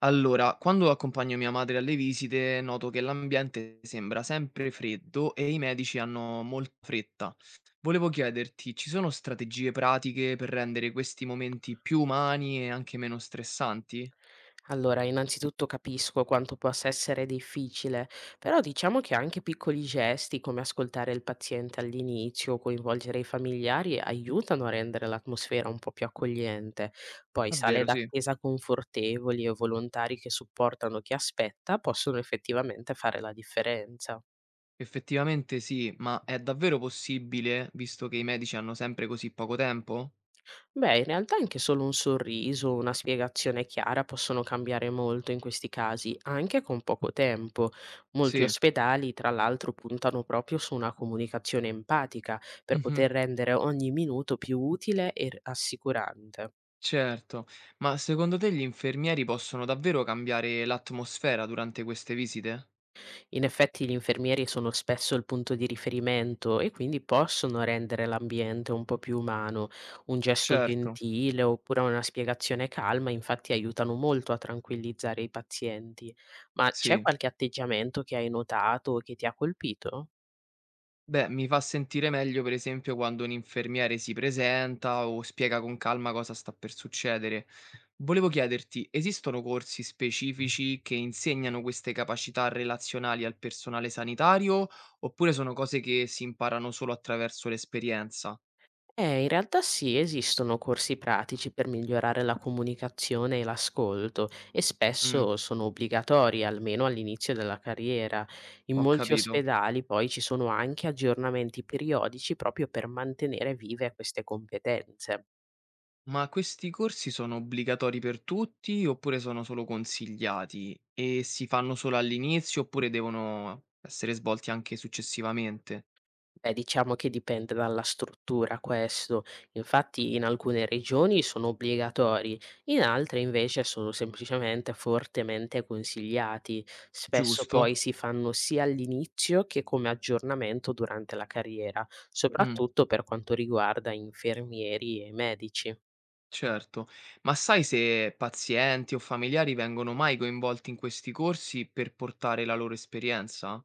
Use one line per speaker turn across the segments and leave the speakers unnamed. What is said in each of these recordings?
Allora, quando accompagno mia madre alle visite, noto che l'ambiente sembra sempre freddo e i medici hanno molta fretta. Volevo chiederti, ci sono strategie pratiche per rendere questi momenti più umani e anche meno stressanti?
Allora, innanzitutto capisco quanto possa essere difficile, però diciamo che anche piccoli gesti come ascoltare il paziente all'inizio, coinvolgere i familiari, aiutano a rendere l'atmosfera un po' più accogliente. Poi sale
Davvero, sì.
d'attesa confortevoli e volontari che supportano chi aspetta possono effettivamente fare la differenza.
Effettivamente sì, ma è davvero possibile, visto che i medici hanno sempre così poco tempo?
Beh, in realtà anche solo un sorriso, una spiegazione chiara possono cambiare molto in questi casi, anche con poco tempo. Molti
Sì.
ospedali, tra l'altro, puntano proprio su una comunicazione empatica per
Mhm.
poter rendere ogni minuto più utile e assicurante.
Certo, ma secondo te gli infermieri possono davvero cambiare l'atmosfera durante queste visite?
In effetti gli infermieri sono spesso il punto di riferimento e quindi possono rendere l'ambiente un po' più umano. Un gesto
Certo,
gentile oppure una spiegazione calma infatti aiutano molto a tranquillizzare i pazienti. Ma c'è
sì.
qualche atteggiamento che hai notato o che ti ha colpito?
Beh, mi fa sentire meglio per esempio quando un infermiere si presenta o spiega con calma cosa sta per succedere. Volevo chiederti, esistono corsi specifici che insegnano queste capacità relazionali al personale sanitario oppure sono cose che si imparano solo attraverso l'esperienza?
In realtà sì, esistono corsi pratici per migliorare la comunicazione e l'ascolto e
Mm,
spesso sono obbligatori, almeno all'inizio della carriera. In
ho
molti
capito.
ospedali poi ci sono anche aggiornamenti periodici proprio per mantenere vive queste competenze.
Ma questi corsi sono obbligatori per tutti oppure sono solo consigliati? E si fanno solo all'inizio oppure devono essere svolti anche successivamente?
Beh, diciamo che dipende dalla struttura questo. Infatti in alcune regioni sono obbligatori, in altre invece sono semplicemente fortemente consigliati. Spesso poi
Giusto?
si fanno sia all'inizio che come aggiornamento durante la carriera,
Mh,
soprattutto per quanto riguarda infermieri e medici.
certo. Ma sai se pazienti o familiari vengono mai coinvolti in questi corsi per portare la loro esperienza?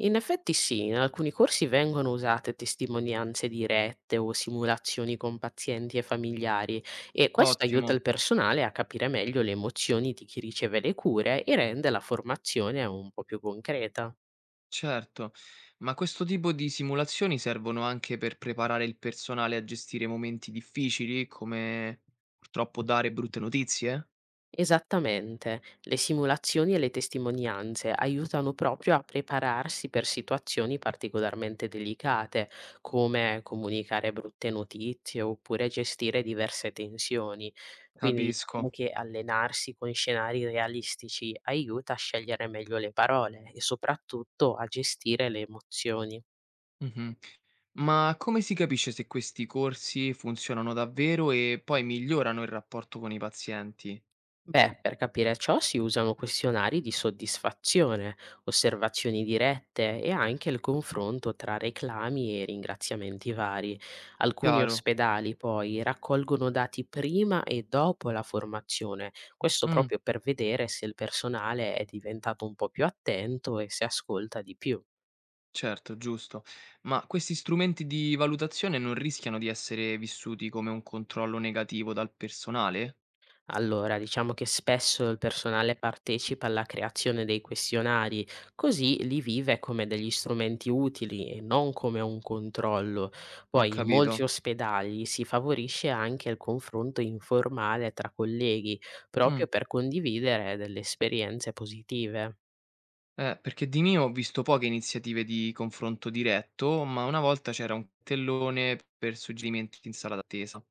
In effetti sì, in alcuni corsi vengono usate testimonianze dirette o simulazioni con pazienti e familiari e questo aiuta
Ottimo,
il personale a capire meglio le emozioni di chi riceve le cure e rende la formazione un po' più concreta.
certo. Ma questo tipo di simulazioni servono anche per preparare il personale a gestire momenti difficili, come purtroppo dare brutte notizie?
Esattamente, le simulazioni e le testimonianze aiutano proprio a prepararsi per situazioni particolarmente delicate, come comunicare brutte notizie oppure gestire diverse tensioni. Quindi diciamo
Capisco.
che allenarsi con scenari realistici aiuta a scegliere meglio le parole e soprattutto a gestire le emozioni.
Mh-mh. Ma come si capisce se questi corsi funzionano davvero e poi migliorano il rapporto con i pazienti?
Beh, per capire ciò si usano questionari di soddisfazione, osservazioni dirette e anche il confronto tra reclami e ringraziamenti vari. Alcuni
Chiaro.
ospedali poi raccolgono dati prima e dopo la formazione, questo
Mh.
proprio per vedere se il personale è diventato un po' più attento e se ascolta di più.
Certo, giusto. Ma questi strumenti di valutazione non rischiano di essere vissuti come un controllo negativo dal personale?
Allora, diciamo che spesso il personale partecipa alla creazione dei questionari, così li vive come degli strumenti utili e non come un controllo.
Ho
Poi in molti
capito.
ospedali si favorisce anche il confronto informale tra colleghi,
Mm.
proprio per condividere delle esperienze positive.
Perché di mio ho visto poche iniziative di confronto diretto, ma una volta c'era un tellone per suggerimenti in sala d'attesa.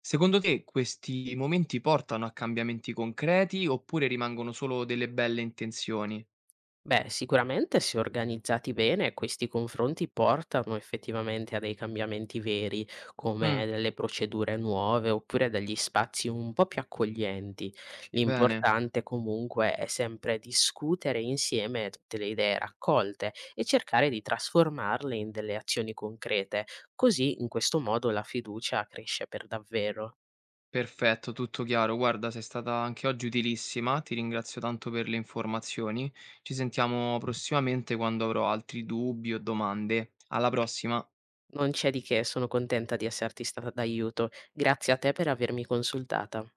Secondo te questi momenti portano a cambiamenti concreti oppure rimangono solo delle belle intenzioni?
Beh, sicuramente se organizzati bene, questi confronti portano effettivamente a dei cambiamenti veri, come
Mm,
delle procedure nuove oppure degli spazi un po' più accoglienti.
bene.
L'importante comunque è sempre discutere insieme tutte le idee raccolte e cercare di trasformarle in delle azioni concrete, così in questo modo la fiducia cresce per davvero.
Perfetto, tutto chiaro. Guarda, sei stata anche oggi utilissima, ti ringrazio tanto per le informazioni. Ci sentiamo prossimamente quando avrò altri dubbi o domande. Alla prossima!
Non c'è di che, sono contenta di esserti stata d'aiuto. Grazie a te per avermi consultata.